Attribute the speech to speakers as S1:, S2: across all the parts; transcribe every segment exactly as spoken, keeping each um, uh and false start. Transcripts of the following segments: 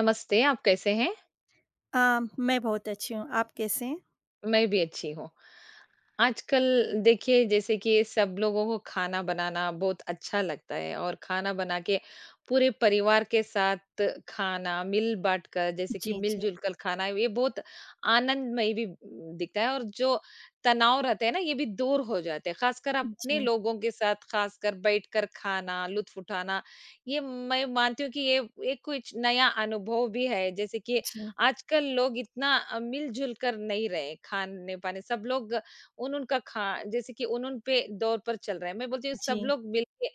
S1: नमस्ते, आप कैसे हैं?
S2: अ, मैं बहुत अच्छी हूँ, आप कैसे हैं?
S1: मैं भी अच्छी हूँ। आजकल देखिए जैसे कि सब लोगों को खाना बनाना बहुत अच्छा लगता है और खाना बना के पूरे परिवार के साथ खाना मिल बांट कर जैसे कि
S2: जी, जी,
S1: मिलजुल कर खाना ये बहुत आनंदमय भी दिखता है और जो तनाव रहते हैं ना ये भी दूर हो जाते हैं खासकर अपने
S2: जी,
S1: लोगों के साथ खासकर बैठकर खाना लुत्फ उठाना ये मैं मानती हूँ कि ये एक कुछ नया अनुभव भी है जैसे कि
S2: जी,
S1: आजकल लोग इतना अ, मिलजुल कर नहीं रहे खाने पाने सब लोग उन-उन का खा जैसे कि उन-उन पे दौर पर चल रहा है। मैं बोलती हूँ सब
S2: जी,
S1: लोग मिल के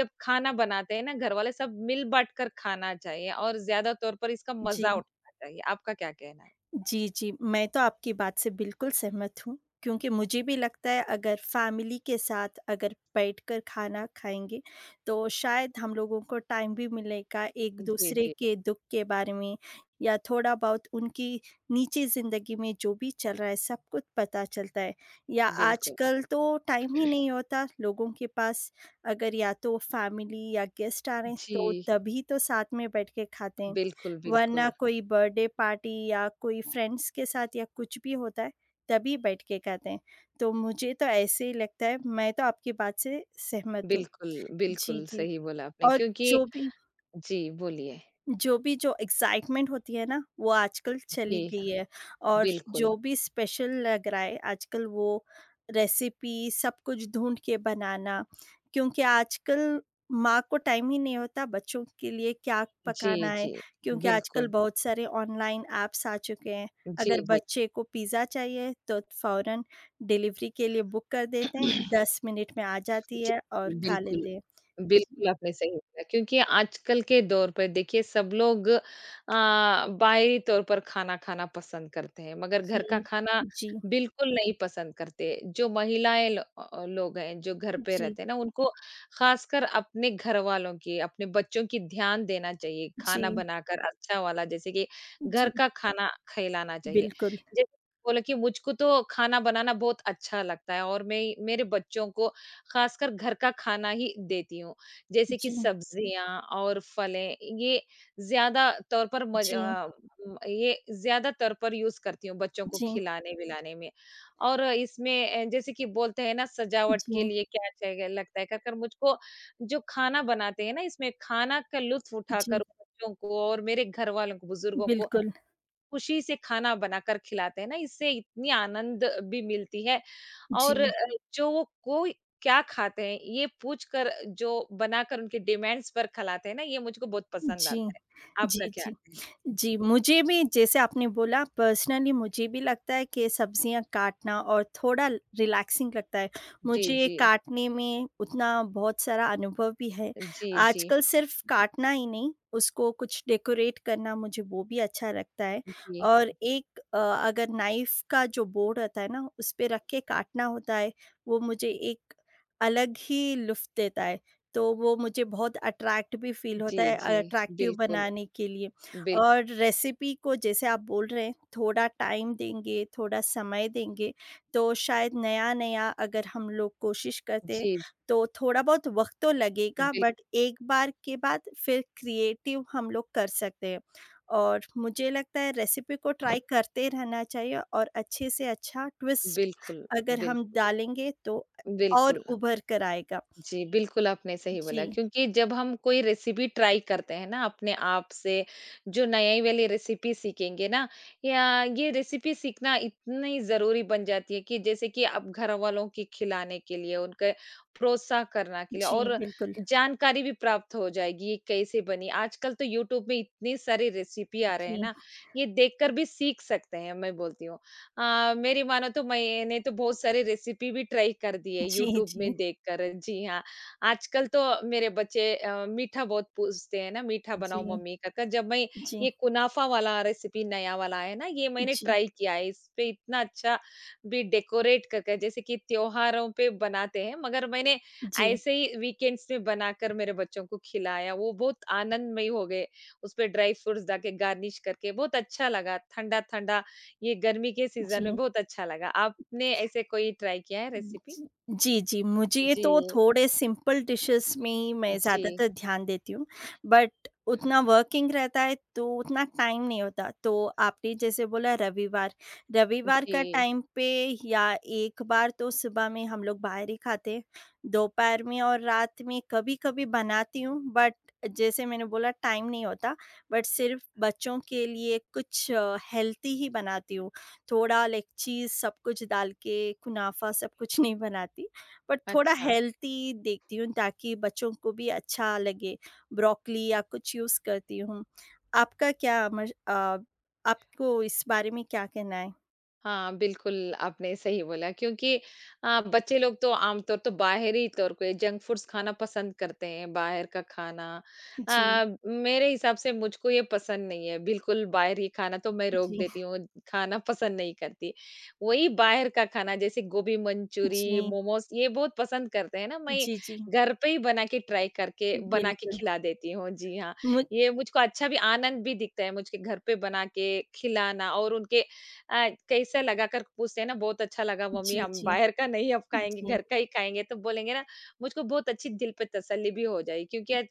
S1: जब खाना बनाते हैं ना घरवाले सब मिल-बाँट कर खाना चाहिए और ज़्यादा तौर पर इसका
S2: जी।
S1: मज़ा उठाना चाहिए। आपका क्या कहना है?
S2: जी, जी। मैं तो आपकी बात से बिल्कुल सहमत हूँ, क्योंकि मुझे भी लगता है अगर फैमिली के साथ अगर बैठकर खाना खाएँगे, तो शायद हम लोगों को टाइम भी मिलेगा
S1: जी,
S2: एक-दूसरे
S1: जी।
S2: के दुःख के बारे में या थोड़ा-बहुत उनकी निजी ज़िंदगी में जो भी चल रहा है, सब कुछ पता चलता है। या
S1: बिल्कुल।
S2: आजकल तो टाइम ही नहीं होता लोगों के पास, अगर या तो फैमिली या गेस्ट आ रहे हैं, तो
S1: जी।
S2: तभी तो साथ में बैठ के खाते हैं।
S1: बिल्कुल,
S2: वरना
S1: बिल्कुल।
S2: कोई बर्थडे पार्टी या कोई फ्रेंड्स के साथ या कुछ भी होता है तभी बैठ के खाते हैं। तो मुझे तो ऐसे ही लगता है मैं तो आपकी बात से सहमत हूँ।
S1: बिल्कुल,
S2: जी,
S1: बिल्कुल
S2: जी।
S1: सही बोला आपने
S2: और
S1: क्योंकि
S2: जो भी
S1: जी, बोलिए।
S2: जो भी जो एक्साइटमेंट होती है ना, वो आजकल
S1: जी
S2: चली गई
S1: हाँ,
S2: है और
S1: बिल्कुल।
S2: जो भी स्पेशल लग रहा है आजकल वो रेसिपी सब कुछ ढूँढ के बनाना, क्योंकि आजकल माँ को टाइम ही नहीं होता बच्चों के लिए क्या
S1: जी,
S2: पकाना है,
S1: जी।
S2: क्योंकि आजकल
S1: बिल्कुल।
S2: बहुत सारे ऑनलाइन ऐप्स आ चुके हैं। अगर
S1: जी, जी।
S2: बच्चे को पिज़्ज़ा चाहिए तो फ़ौरन डिलीवरी के लिए बुक कर देते हैं, दस मिनट में आ जाती
S1: जी,
S2: है और खा
S1: बिल्कुल।
S2: लेते हैं।
S1: बिल्कुल, आपने सही बोला क्योंकि आजकल के दौर पे देखिए सब लोग अ, बाहरी तौर पर खाना खाना पसंद करते हैं, मगर
S2: जी,
S1: घर का खाना
S2: जी,
S1: बिल्कुल नहीं पसंद करते। जो महिलाएँ ल अ, लोग हैं, जो घर
S2: जी,
S1: पे
S2: जी,
S1: रहते हैं ना, उनको खासकर अपने घरवालों की, अपने बच्चों की ध्यान देना चाहिए,
S2: जी।
S1: खाना बनाकर अच्छा वाला जैसे कि घर
S2: जी,
S1: का खाना खिलाना चाहिए।
S2: बिल्कुल।
S1: जैसे बोला कि मुझको तो खाना बनाना बहुत अच्छा लगता है और मैं मेरे बच्चों को खासकर घर का खाना ही देती हूँ। जैसे कि
S2: जी,
S1: सब्जियाँ और फलें ये ज़्यादा तौर पर मज
S2: जी,
S1: अ, उम, ये ज़्यादा तौर पर यूज़ करती हूँ बच्चों को
S2: जी,
S1: खिलाने-विलाने में। और इसमें अ, जैसे कि बोलते हैं ना सजावट
S2: जी,
S1: के लिए क्या चाहिए लगता है कहकर मुझको जो खाना बनाते हैं ना इसमें खाना का लुत्फ़
S2: जी,
S1: उठाकर बच्चों को और मेरे घर वालों को, बुज़ुर्गों को
S2: बिल्कुल।
S1: खुशी से खाना बनाकर खिलाते हैं ना, इससे इतनी आनंद भी मिलती है और अ,
S2: जी,
S1: जो वो कोई क्या खाते हैं, ये पूछ कर जो बनाकर उनके डिमांड्स पर खिलाते हैं ना, ये मुझको बहुत पसंद
S2: जी,
S1: आता है।
S2: जी,
S1: आपका क्या
S2: जी,
S1: कहना है?
S2: जी, मुझे भी जैसे आपने बोला पर्सनली मुझे भी लगता है कि सब्ज़ियाँ काटना और थोड़ा रिलैक्सिंग लगता है।
S1: जी,
S2: मुझे ये
S1: जी।
S2: काटने में उतना बहुत सारा अनुभव भी है।
S1: जी, जी,
S2: आजकल सिर्फ़ काटना ही नहीं, उसको कुछ डेकोरेट करना मुझे वो भी अच्छा लगता है।
S1: जी।
S2: और एक अ, अगर नाइफ़ का जो बोर्ड होता है ना, उसपे रख के काटना होता है, वो मुझे एक अलग ही लुफ़्त देता है। तो वो मुझे बहुत अट्रैक्ट भी फ़ील
S1: जी,
S2: होता है
S1: जी।
S2: अट्रैक्टिव
S1: बिल्कुल,
S2: बनाने के लिए।
S1: बिल
S2: और रेसिपी को जैसे आप बोल रहे हैं थोड़ा टाइम देंगे, थोड़ा समय देंगे, तो शायद नया-नया अगर हम लोग कोशिश करते हैं,
S1: जी,
S2: तो थोड़ा बहुत वक़्त तो लगेगा
S1: बिल
S2: बट एक बार के बाद फिर क्रिएटिव हम लोग कर सकते हैं। और मुझे लगता है रेसिपी को ट्राई करते रहना चाहिए और अच्छे से अच्छा ट्विस्ट
S1: बिल्कुल,
S2: अगर हम
S1: बिल्कुल,
S2: डालेंगे तो और
S1: बिल्कुल।
S2: उभर कर आएगा।
S1: जी, बिल्कुल आपने सही बोला
S2: जी,
S1: क्योंकि जब हम कोई रेसिपी ट्राई करते हैं ना अपने आप से, जो नई वाली रेसिपी सीखेंगे ना या ये रेसिपी सीखना इतनी ज़रूरी बन जाती है कि जैसे कि अब घर वालों के खिलाने के लिए, उनके प्रोत्साहन करना के लिए
S2: जी
S1: और
S2: बिल्कुल।
S1: जानकारी भी प्राप्त हो जाएगी, ये कैसे बनी। आजकल तो यूट्यूब में इतनी सारी रेसिपी आ रहे हैं
S2: जी,
S1: ना, ये देखकर भी सीख सकते हैं, मैं बोलती हूँ। अ, मेरी मानो तो मैंने तो बहुत सारी रेसिपी भी ट्राई कर दी है
S2: जी,
S1: यूट्यूब
S2: जी,
S1: में देखकर जी हाँ। आजकल तो मेरे बच्चे अ, मीठा बहुत पूछते हैं ना, मीठा बनाओ
S2: जी,
S1: मम्मी का-का। जब मैं
S2: जी,
S1: ये कुनाफा वाला रेसिपी नया वाला है ना, ये मैंने
S2: जी,
S1: ट्राई किया है। इसपे इतना अच्छा भी डेकोरेट करके जैसे कि त्योहारों पे बनाते हैं, मगर मैंने
S2: जी।
S1: ऐसे ही वीकेंड्स में बनाकर मेरे बच्चों को खिलाया। वो बहुत आनंदमयी हो गए। उसपे ड्राई फ्रूट्स डाल के गार्निश करके बहुत अच्छा लगा। ठंडा-ठंडा ये गर्मी के सीज़न में
S2: जी,
S1: बहुत अच्छा लगा। आपने ऐसे कोई ट्राई किया है रेसिपी?
S2: जी, जी, जी, मुझे तो
S1: जी,
S2: थोड़े सिंपल डिशेज़ में ही मैं
S1: जी,
S2: ज़्यादातर ध्यान देती हूँ, बट उतना वर्किंग रहता है तो उतना टाइम नहीं होता। तो आपने जैसे बोला रविवार, रविवार का
S1: जी।
S2: टाइम पे या एक बार तो सुबह में हम लोग बाहर ही खाते हैं, दोपहर में और रात में कभी-कभी बनाती हूँ बट जैसे मैंने बोला टाइम नहीं होता, बट सिर्फ़ बच्चों के लिए कुछ हेल्दी ही बनाती हूँ। थोड़ा लाइक चीज़ सब कुछ डाल के कुनाफा सब कुछ नहीं बनाती, बट थोड़ा
S1: अच्छा।
S2: हेल्दी देखती हूँ ताकि बच्चों को भी अच्छा लगे। ब्रोकोली या कुछ यूज़ करती हूँ। आपका क्या मश अ, आपको इस बारे में क्या कहना है?
S1: हाँ, बिल्कुल, आपने सही बोला क्योंकि अ, बच्चे लोग तो आमतौर तो बाहरी तौर पे जंक फूड्स खाना पसंद करते हैं, बाहर का खाना।
S2: जी,
S1: अ, मेरे हिसाब से मुझको ये पसंद नहीं है, बिल्कुल बाहरी खाना तो मैं रोक
S2: जी,
S1: देती हूँ, खाना पसंद नहीं करती। वही बाहर का खाना जैसे गोभी मंचूरी,
S2: जी,
S1: मोमोज़ ये बहुत पसंद करते हैं ना, मैं
S2: जी, जी,
S1: घर पे ही बना के ट्राई करके बना के
S2: बिल्कुल।
S1: खिला देती हूँ। जी हाँ,
S2: मुझ
S1: ये मुझको अच्छा भी आनंद भी दिखता है मुझको घर पे बना के खिलाना और उनके अ, कैसा लगा कर पूछते हैं ना, "बहुत अच्छा लगा मम्मी,
S2: जी,
S1: हम
S2: जी,
S1: बाहर का नहीं अब खाएँगे,
S2: जी,
S1: घर का ही खाएँगे।" तो बोलेंगे ना, मुझको बहुत अच्छी दिल पे तसल्ली भी हो जाएगी क्योंकि आज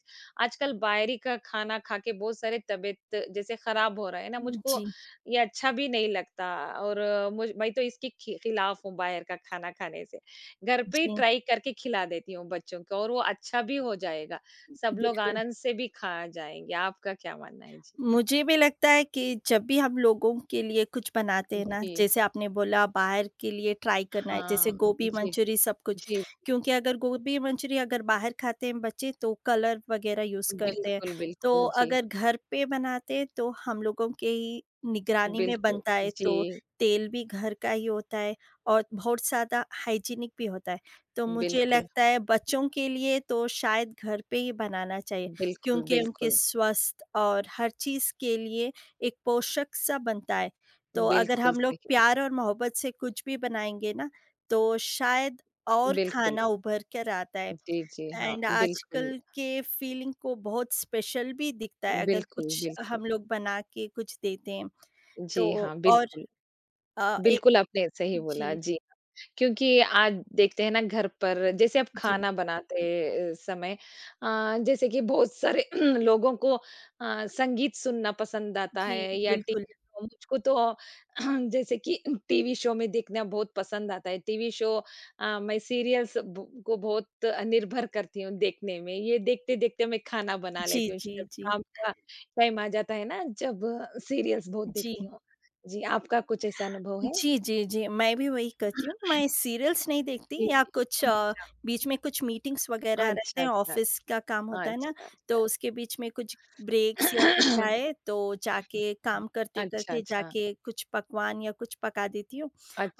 S1: आजकल बाहरी का खाना खा के बहुत सारे तबीयत जैसे खराब हो रहा है ना, मुझको
S2: जी,
S1: ये अच्छा भी नहीं लगता और अ, मुझ मैं तो इसके खि खिलाफ हूँ बाहर का खाना खाने से। घर पे ही
S2: जी,
S1: ट्राई करके खिला देती हूँ बच्चों को और वो अच्छा भी हो जाएगा। सब लोग
S2: बिल्कुल।
S1: आनंद से भी खा जाएँगे। आपका क्या मानना है? जी।
S2: मुझे भी लगता है कि जब भी हम लोगों के लिए कुछ बनाते हैं ना,
S1: जी,
S2: जैसे आपने बोला बाहर के लिए ट्राई करना है, जैसे
S1: हाँ।
S2: गोभी
S1: जी, जी।
S2: मंचूरी सब कुछ।
S1: जी।
S2: क्योंकि अगर गोभी मंचूरी अगर बाहर खाते हैं बच्चे तो कलर वगैरह यूज़ करते हैं।
S1: बिल्कुल,
S2: तो
S1: बिल्कुल, जी।
S2: अगर घर पे बनाते हैं तो हम लोगों के ही निगरानी में
S1: बिल्कुल,
S2: बनता है,
S1: जी।
S2: तो तेल भी घर का ही होता है और बहुत ज़्यादा हाइजीनिक भी होता है। तो मुझे
S1: बिल्कुल,
S2: लगता है बच्चों के लिए तो शायद घर पे ही बनाना चाहिए।
S1: बिल्कुल,
S2: क्योंकि उनके
S1: बिल्कुल,
S2: स्वस्थ और हर चीज़ के लिए एक पोषक सा बनता है। तो अगर
S1: बिल्कुल
S2: हम लोग
S1: सही।
S2: प्यार और मोहब्बत से कुछ भी बनाएँगे ना, तो शायद और
S1: बिल्कुल,
S2: खाना उभर कर आता है
S1: जी, जी, हाँ,
S2: एंड
S1: बिल्कुल,
S2: आजकल के फीलिंग को बहुत स्पेशल भी दिखता है अगर
S1: बिल्कुल,
S2: कुछ
S1: बिल्कुल।
S2: हम लोग बना के कुछ देते हैं।
S1: जी,
S2: तो
S1: हाँ,
S2: और
S1: बिल्कुल।
S2: अ, एक
S1: बिल्कुल, आपने सही बोला,
S2: जी,
S1: जी हाँ। क्योंकि आज देखते हैं ना घर पर जैसे आप
S2: जी,
S1: खाना बनाते अ, समय अ, जैसे कि बहुत सारे लोगों को अ, संगीत सुनना पसंद आता
S2: जी,
S1: है या
S2: बिल्कुल।
S1: टीवी शो मुझको तो जैसे कि टीवी शो में देखना बहुत पसंद आता है। टीवी शो अ, मैं सीरियल्स ब को बहुत निर्भर करती हूँ देखने में। ये देखते-देखते मैं खाना बना
S2: जी,
S1: लेती हूँ।
S2: जी,
S1: जब
S2: जी।
S1: शाम का टाइम आ जाता है ना, जब सीरियल्स बहुत
S2: जी।
S1: देखती हूँ। जी, आपका कुछ ऐसा अनुभव है?
S2: जी, जी, जी, मैं भी वही करती हूँ। मैं सीरियल्स नहीं देखती
S1: जी,
S2: या
S1: जी।
S2: कुछ अ,
S1: अच्छा।
S2: बीच में कुछ मीटिंग्स वगैरह रहते
S1: अच्छा,
S2: हैं,
S1: अच्छा।
S2: ऑफ़िस का काम होता है ना,
S1: अच्छा, अच्छा।
S2: तो उसके बीच में कुछ ब्रेक्स या कुछ आए, तो जाके काम
S1: अच्छा,
S2: करते-करते
S1: अच्छा।
S2: जाके कुछ पकवान या कुछ पका देती हूँ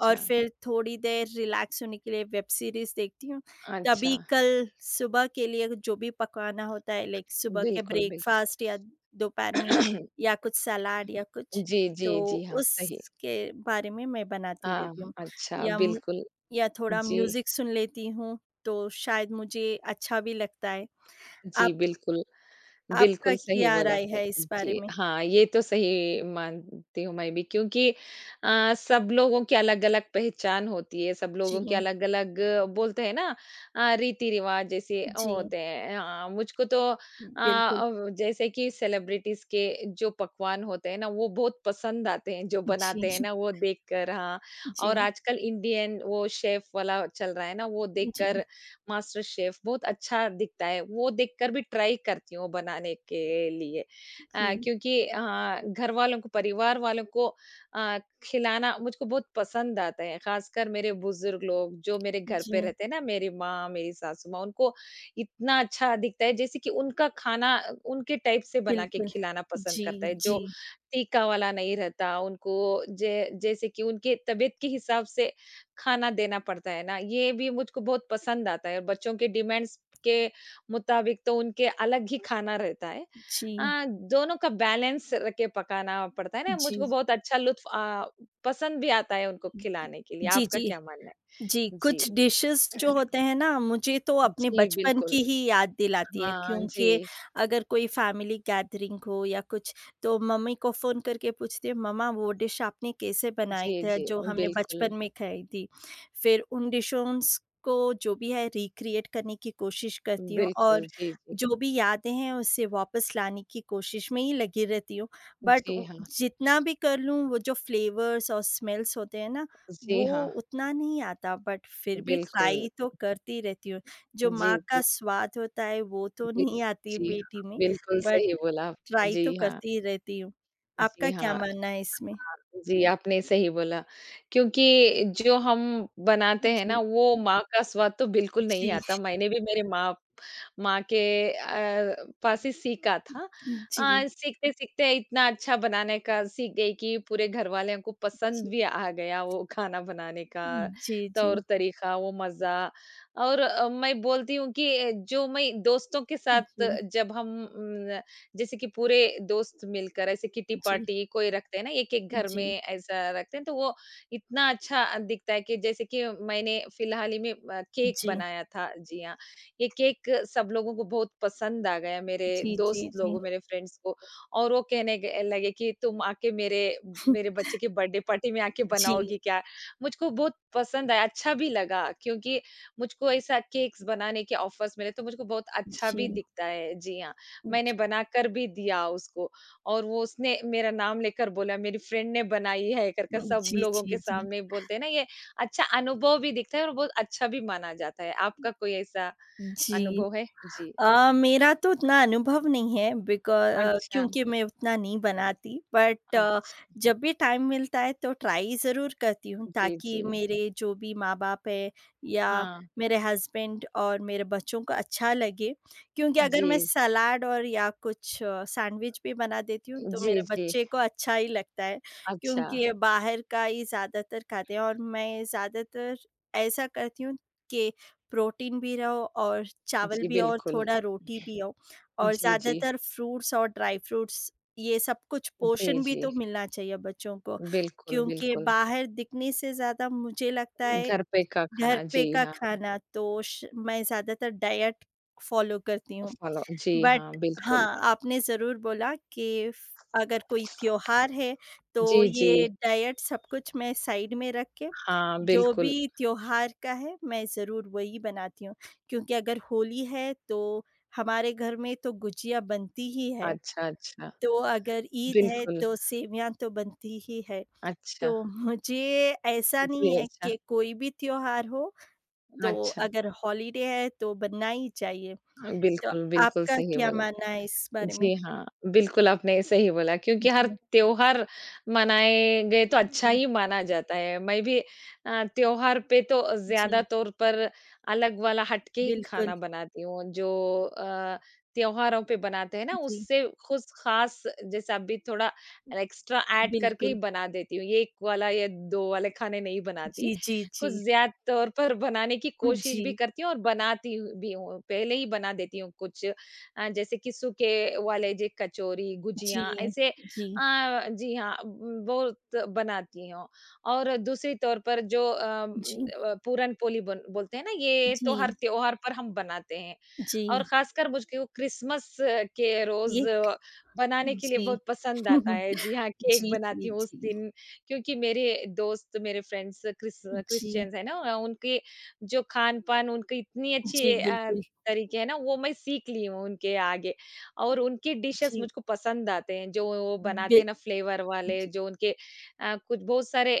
S2: और फिर थोड़ी देर रिलैक्स होने के लिए वेब सीरीज़ देखती हूँ। तभी
S1: अच्छा।
S2: कल सुबह के लिए जो भी पकाना होता है, लाइक सुबह के
S1: बिल्कुल, बिल्कुल।
S2: ब्रेकफ़ास्ट या दोपहर में या कुछ सलाद या कुछ
S1: जी,
S2: तो
S1: जी, जी। हाँ, सही।
S2: उसके बारे में मैं बनाती
S1: हाँ,
S2: रहती हूँ।
S1: अच्छा
S2: या मु
S1: बिल्कुल।
S2: या थोड़ा
S1: जी,
S2: म्यूज़िक सुन लेती हूँ, तो शायद मुझे अच्छा भी लगता है।
S1: जी
S2: आप
S1: बिल्कुल।
S2: आपका
S1: बिल्कुल सही
S2: क्या
S1: बोला
S2: राय
S1: आपने।
S2: है इस बारे
S1: जी,
S2: में?
S1: हाँ, ये तो सही मानती हूँ मैं भी क्योंकि अ, सब लोगों की अलग-अलग पहचान होती है, सब लोगों की
S2: जी,
S1: अलग-अलग बोलते हैं ना अ, रीति-रिवाज जैसे
S2: जी,
S1: होते हैं। हाँ, मुझको तो अ,
S2: बिल्कुल।
S1: अव जैसे कि सेलिब्रिटीज़ के जो पकवान होते हैं ना, वो बहुत पसंद आते हैं, जो
S2: जी,
S1: बनाते हैं ना, वो देखकर हाँ, और
S2: जी,
S1: आजकल इंडियन वो शेफ़ वाला चल रहा है ना, वो
S2: जी,
S1: देखकर मास्टर शेफ बहुत अच्छा दिखता है, वो देखकर भी ट्राई करती हूँ बनाने के लिए। अ,
S2: जी,
S1: क्योंकि अ, घर वालों को, परिवार वालों को अ, खिलाना मुझको बहुत पसंद आता है, खासकर मेरे बुज़ुर्ग लोग जो मेरे घर
S2: जी,
S1: पे रहते हैं ना, मेरी माँ, मेरी सासू माँ, उनको इतना अच्छा दिखता है जैसे कि उनका खाना अ, उनके टाइप से बना के
S2: बिल्कुल।
S1: खिलाना पसंद
S2: जी,
S1: करता है,
S2: जी,
S1: जो तीखा वाला नहीं रहता, उनको जे जैसे कि उनके तबीयत के हिसाब से खाना देना पड़ता है ना, ये भी मुझको बहुत पसंद आता है। और बच्चों के डिमांड्स के मुताबिक तो उनके अलग ही खाना रहता है।
S2: जी,
S1: अ, दोनों का बैलेंस रख के पकाना पड़ता है ना,
S2: जी।
S1: मुझको बहुत अच्छा लुत्फ़ अ, पसंद भी आता है उनको खिलाने के लिए।
S2: जी,
S1: आपका
S2: जी।
S1: क्या मानना है?
S2: जी,
S1: जी।
S2: कुछ डिशेज़ जो होते हैं ना, मुझे तो अपने
S1: जी,
S2: बचपन
S1: बिल्कुल।
S2: की ही याद दिलाती है
S1: हाँ,
S2: क्योंकि
S1: जी।
S2: अगर कोई फैमिली गैदरिंग हो या कुछ, तो मम्मी को फ़ोन करके पूछती हूँ, "मम्मा, वो डिश आपने कैसे बनाई
S1: जी,
S2: थी,
S1: जी,
S2: जो हमने
S1: बिल्कुल।
S2: बचपन में खाई थी?" फिर उन डिशोंज़ को जो भी है रिक्रिएट करने की कोशिश करती हूँ
S1: बिल्कुल,
S2: और
S1: जी, जी।
S2: जो भी यादें हैं, उसे वापस लाने की कोशिश में ही लगी रहती हूँ। बट
S1: जी
S2: उ
S1: हाँ।
S2: जितना भी कर लूँ, वो जो फ्लेवर्स और स्मेल्स होते हैं ना,
S1: जी
S2: वो
S1: हाँ,
S2: उतना नहीं आता बट फिर भी
S1: बिल्कुल।
S2: ट्राई तो करती रहती हूँ। जो
S1: जी,
S2: माँ जी। का
S1: जी,
S2: स्वाद होता है वो तो
S1: जी।
S2: नहीं आती
S1: जी
S2: बेटी
S1: हाँ,
S2: में
S1: बिल्कुल
S2: बट
S1: सही बोला आप।
S2: ट्राई
S1: जी
S2: तो
S1: हाँ,
S2: करती रहती हूँ। आपका
S1: जी
S2: क्या
S1: हाँ।
S2: मानना है इसमें?
S1: जी, आपने सही बोला, क्योंकि जो हम बनाते हैं ना,
S2: जी,
S1: वो माँ का स्वाद तो बिल्कुल नहीं
S2: जी,
S1: आता। मैंने भी मेरे माँ माँ के अ, पास ही सीखा था।
S2: जी, जी,
S1: अ, सीखते-सीखते इतना अच्छा बनाने का सीख गई कि पूरे घरवाले को
S2: जी,
S1: पसंद भी आ गया वो खाना बनाने का
S2: जी, जी,
S1: तौर-तरीका, वो मज़ा और अ, मैं बोलती हूँ कि अ, जो मैं दोस्तों के साथ
S2: जी,
S1: जब हम जैसे कि पूरे दोस्त मिलकर ऐसे किटी
S2: जी,
S1: पार्टी कोई रखते हैं ना एक-एक घर में
S2: जी,
S1: ऐसा रखते हैं, तो वो इतना अच्छा अ, दिखता है कि जैसे कि मैंने फ़िलहाल ही में अ, केक बनाया था, जी हाँ। ये केक सब लोगों को बहुत पसंद आ गया मेरे
S2: जी, जी,
S1: दोस्त
S2: जी,
S1: लोगों, मेरे फ्रेंड्स को और वो कहने ग लगे कि तुम आके मेरे मेरे बच्चे की बर्थडे पार्टी में आके
S2: जी,
S1: बनाओगी क्या? मुझको बहुत पसंद आया, अच्छा भी लगा क्योंकि मुझको ऐसा केक्स बनाने के ऑफर्स मिले तो मुझको बहुत अच्छा
S2: जी,
S1: भी दिखता है। जी हाँ। मैंने
S2: जी,
S1: बनाकर भी दिया उसको और वो उसने मेरा नाम लेकर बोला मेरी फ्रेंड ने बनाई है करके सब
S2: जी,
S1: लोगों
S2: जी,
S1: के
S2: जी।
S1: सामने बोलते हैं ना ये अच्छा अनुभव भी दिखता है और बहुत अच्छा भी माना जाता है। आपका कोई ऐसा
S2: जी।
S1: अनुभव है? जी।
S2: अ, मेरा तो उतना अनुभव नहीं है बिकॉ अ,
S1: अच्छा,
S2: क्योंकि मैं उतना नहीं बनाती बट अ,
S1: अच्छा।
S2: जब भी टाइम मिलता है तो ट्राई ज़रूर करती हूँ
S1: जी, जी।
S2: ताकि मेरे जो भी माँ-बाप है या
S1: हाँ।
S2: मेरे हस्बैंड और मेरे बच्चों को अच्छा लगे। क्योंकि अगर
S1: जी,
S2: मैं सलाद और या कुछ सैंडविच भी बना देती हूँ तो
S1: जी,
S2: मेरे
S1: जी।
S2: बच्चे को अच्छा ही लगता है
S1: अच्छा।
S2: क्योंकि ये बाहर का ही ज़्यादातर खाते हैं और मैं ज़्यादातर ऐसा करती हूँ कि प्रोटीन भी रहो और चावल
S1: जी,
S2: भी हो और
S1: बिल्कुल।
S2: थोड़ा रोटी भी हो और
S1: जी, जी।
S2: ज़्यादातर फ्रूट्स और ड्राई फ्रूट्स ये सब कुछ
S1: जी,
S2: पोषण भी
S1: जी।
S2: तो मिलना चाहिए बच्चों को
S1: बिल्कुल,
S2: क्योंकि
S1: बिल्कुल।
S2: बाहर दिखने से ज़्यादा मुझे लगता है
S1: घर पे का
S2: घर
S1: खाना
S2: पे
S1: जी
S2: का
S1: हाँ,
S2: खाना तो श- मैं ज़्यादातर डाइट फॉलो करती हूँ
S1: फॉलो जी
S2: बट
S1: हाँ, बिल्कुल।
S2: हाँ, आपने ज़रूर बोला कि फ अगर कोई त्योहार है, तो
S1: जी, जी।
S2: ये डाइट सब कुछ मैं साइड में रख के,
S1: हाँ,
S2: जो
S1: बिल्कुल।
S2: भी त्योहार का है, मैं ज़रूर वही बनाती हूँ। क्योंकि अगर होली है, तो हमारे घर में तो गुजिया बनती ही है।
S1: अच्छा, अच्छा।
S2: तो अगर ईद है,
S1: बिल्कुल,
S2: तो सेवइयाँ तो बनती ही है।
S1: अच्छा।
S2: तो मुझे ऐसा नहीं
S1: जी,
S2: है
S1: अच्छा,
S2: कि कोई भी त्योहार हो, तो
S1: अच्छा।
S2: अगर हॉलिडे है, तो बनना ही चाहिए। तो
S1: बिल्कुल, बिल्कुल
S2: आपका
S1: सही
S2: क्या
S1: बोला
S2: मानना है इस बारे में?
S1: जी हाँ, बिल्कुल आपने सही बोला क्योंकि हर
S2: जी,
S1: त्योहार मनाए गए तो अच्छा
S2: जी,
S1: ही माना जाता है। मैं भी अ, त्योहार पे तो ज़्यादा
S2: जी,
S1: तौर पर अलग वाला हट के ही
S2: बिल्कुल,
S1: खाना बनाती हूँ जो अ, त्योहारों पे बनाते हैं ना
S2: जी,
S1: उससे कुछ ख़ास जैसे अभी थोड़ा एक्स्ट्रा ऐड करके ही
S2: बिल्कुल,
S1: बना देती हूँ। ये एक वाला या दो वाले खाने नहीं बनाती।
S2: जी, जी, जी,
S1: कुछ ज़्यादा तौर पर बनाने की कोशिश भी
S2: जी,
S1: करती हूँ और बनाती हूँ भी हूँ। पहले ही बना देती हूँ कुछ अ, जैसे कि सूखे वाले जे कचौरी,
S2: जी,
S1: गुजिया ऐसे अ,
S2: जी,
S1: जी हाँ, उम, बहुत बनाती हूँ। और दूसरी तौर पर जो अ, म,
S2: जी,
S1: अ, पूरन-पोली बन बोलते हैं ना, ये
S2: जी,
S1: तो हर त्योहार पर हम बनाते हैं। और
S2: जी,
S1: खासकर मुझको क्रिसमस के रोज़
S2: ये
S1: बनाने के लिए
S2: जी,
S1: बहुत पसंद आता है।
S2: जी,
S1: जी हाँ, केक
S2: जी,
S1: बनाती हूँ उस
S2: जी,
S1: दिन क्योंकि मेरे दोस्त, मेरे फ्रेंड्स क्रिस
S2: जी,
S1: क्रिश्चियंस है ना, उनके जो खान-पान उनकी इतनी अच्छी
S2: जी,
S1: अ,
S2: बिल्कुल,
S1: तरीके हैं ना वो मैं सीख ली हूँ उनके आगे और उनकी डिशेस
S2: जी,
S1: मुझको पसंद आते हैं जो वो
S2: बि
S1: बनाते हैं ना फ्लेवर वाले
S2: जी,
S1: जो उनके अ, कुछ बहुत सारे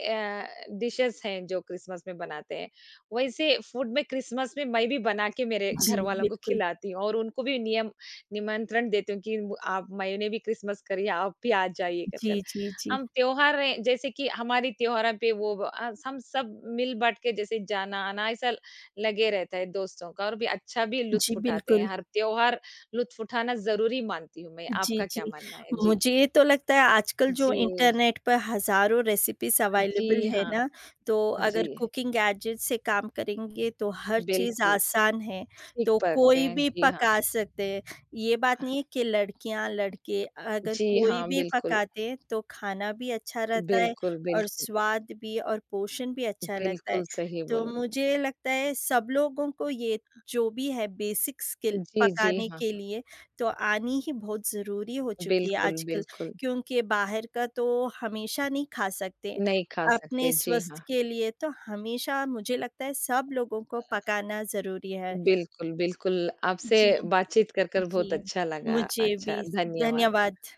S1: डिशेस हैं जो क्रिसमस में बनाते हैं वैसे फूड में क्रिसमस में मैं भी बना के मेरे
S2: जी,
S1: घर वालों को
S2: बिल्कुल,
S1: खिलाती हूँ और उनको भी नियम निमंत्रण देती हूँ कि वो- आप मैंने भी क्रिसमस करी है, आप भी आ जाइए कर
S2: जी,
S1: कर
S2: जी, जी,
S1: हम त्योहार हैं, जैसे कि हमारी त्योहारों पे वो अ, हम सब मिल बांट के जैसे जाना आना ऐसा लगे रहता है दोस्तों का और भी अच्छा भी
S2: जी,
S1: लुत्फ़ उठाते
S2: बिल्कुल।
S1: हैं, हर त्योहार लुत्फ़ उठाना ज़रूरी मानती हूँ मैं,
S2: जी,
S1: आपका क्या
S2: जी।
S1: मानना है? जी।
S2: मुझे तो लगता है आजकल जो
S1: जी,
S2: इंटरनेट पर हज़ारों रेसिपीज़ अवेलेबल
S1: जी
S2: है
S1: हाँ,
S2: ना, तो
S1: जी,
S2: अगर कुकिंग गैजेट से काम करेंगे तो हर चीज़
S1: बिल्कुल,
S2: आसान है,
S1: सीख
S2: तो
S1: सकते
S2: कोई
S1: हैं,
S2: भी
S1: जी हाँ।
S2: पका सकते हैं। ये बात नहीं है कि लड़कियाँ, लड़के अगर
S1: जी
S2: कोई
S1: हाँ,
S2: भी
S1: बिल्कुल,
S2: पकाते हैं तो खाना भी अच्छा रहता है
S1: बिल्कुल,
S2: और
S1: बिल्कुल,
S2: स्वाद भी और पोषण भी अच्छा लगता है।
S1: बिल्कुल सही
S2: तो
S1: बोला।
S2: मुझे लगता है सब लोगों को ये जो भी है बेसिक स्किल
S1: जी, जी
S2: पकाने
S1: हाँ,
S2: के लिए तो आनी ही बहुत ज़रूरी हो चुकी है
S1: बिल्कुल,
S2: आजकल
S1: बिल्कुल,
S2: क्योंकि बाहर का तो हमेशा नहीं खा सकते।
S1: नहीं खा
S2: अपने
S1: सकते, जी
S2: स्वस्थ
S1: हाँ,
S2: के लिए तो हमेशा मुझे लगता है सब लोगों को पकाना ज़रूरी है।
S1: बिल्कुल, बिल्कुल, आपसे
S2: जी,
S1: बातचीत कर, कर
S2: जी।
S1: बहुत अच्छा लगा,
S2: मुझे
S1: अच्छा,
S2: भी
S1: धन्यवाद।
S2: धन्यवाद।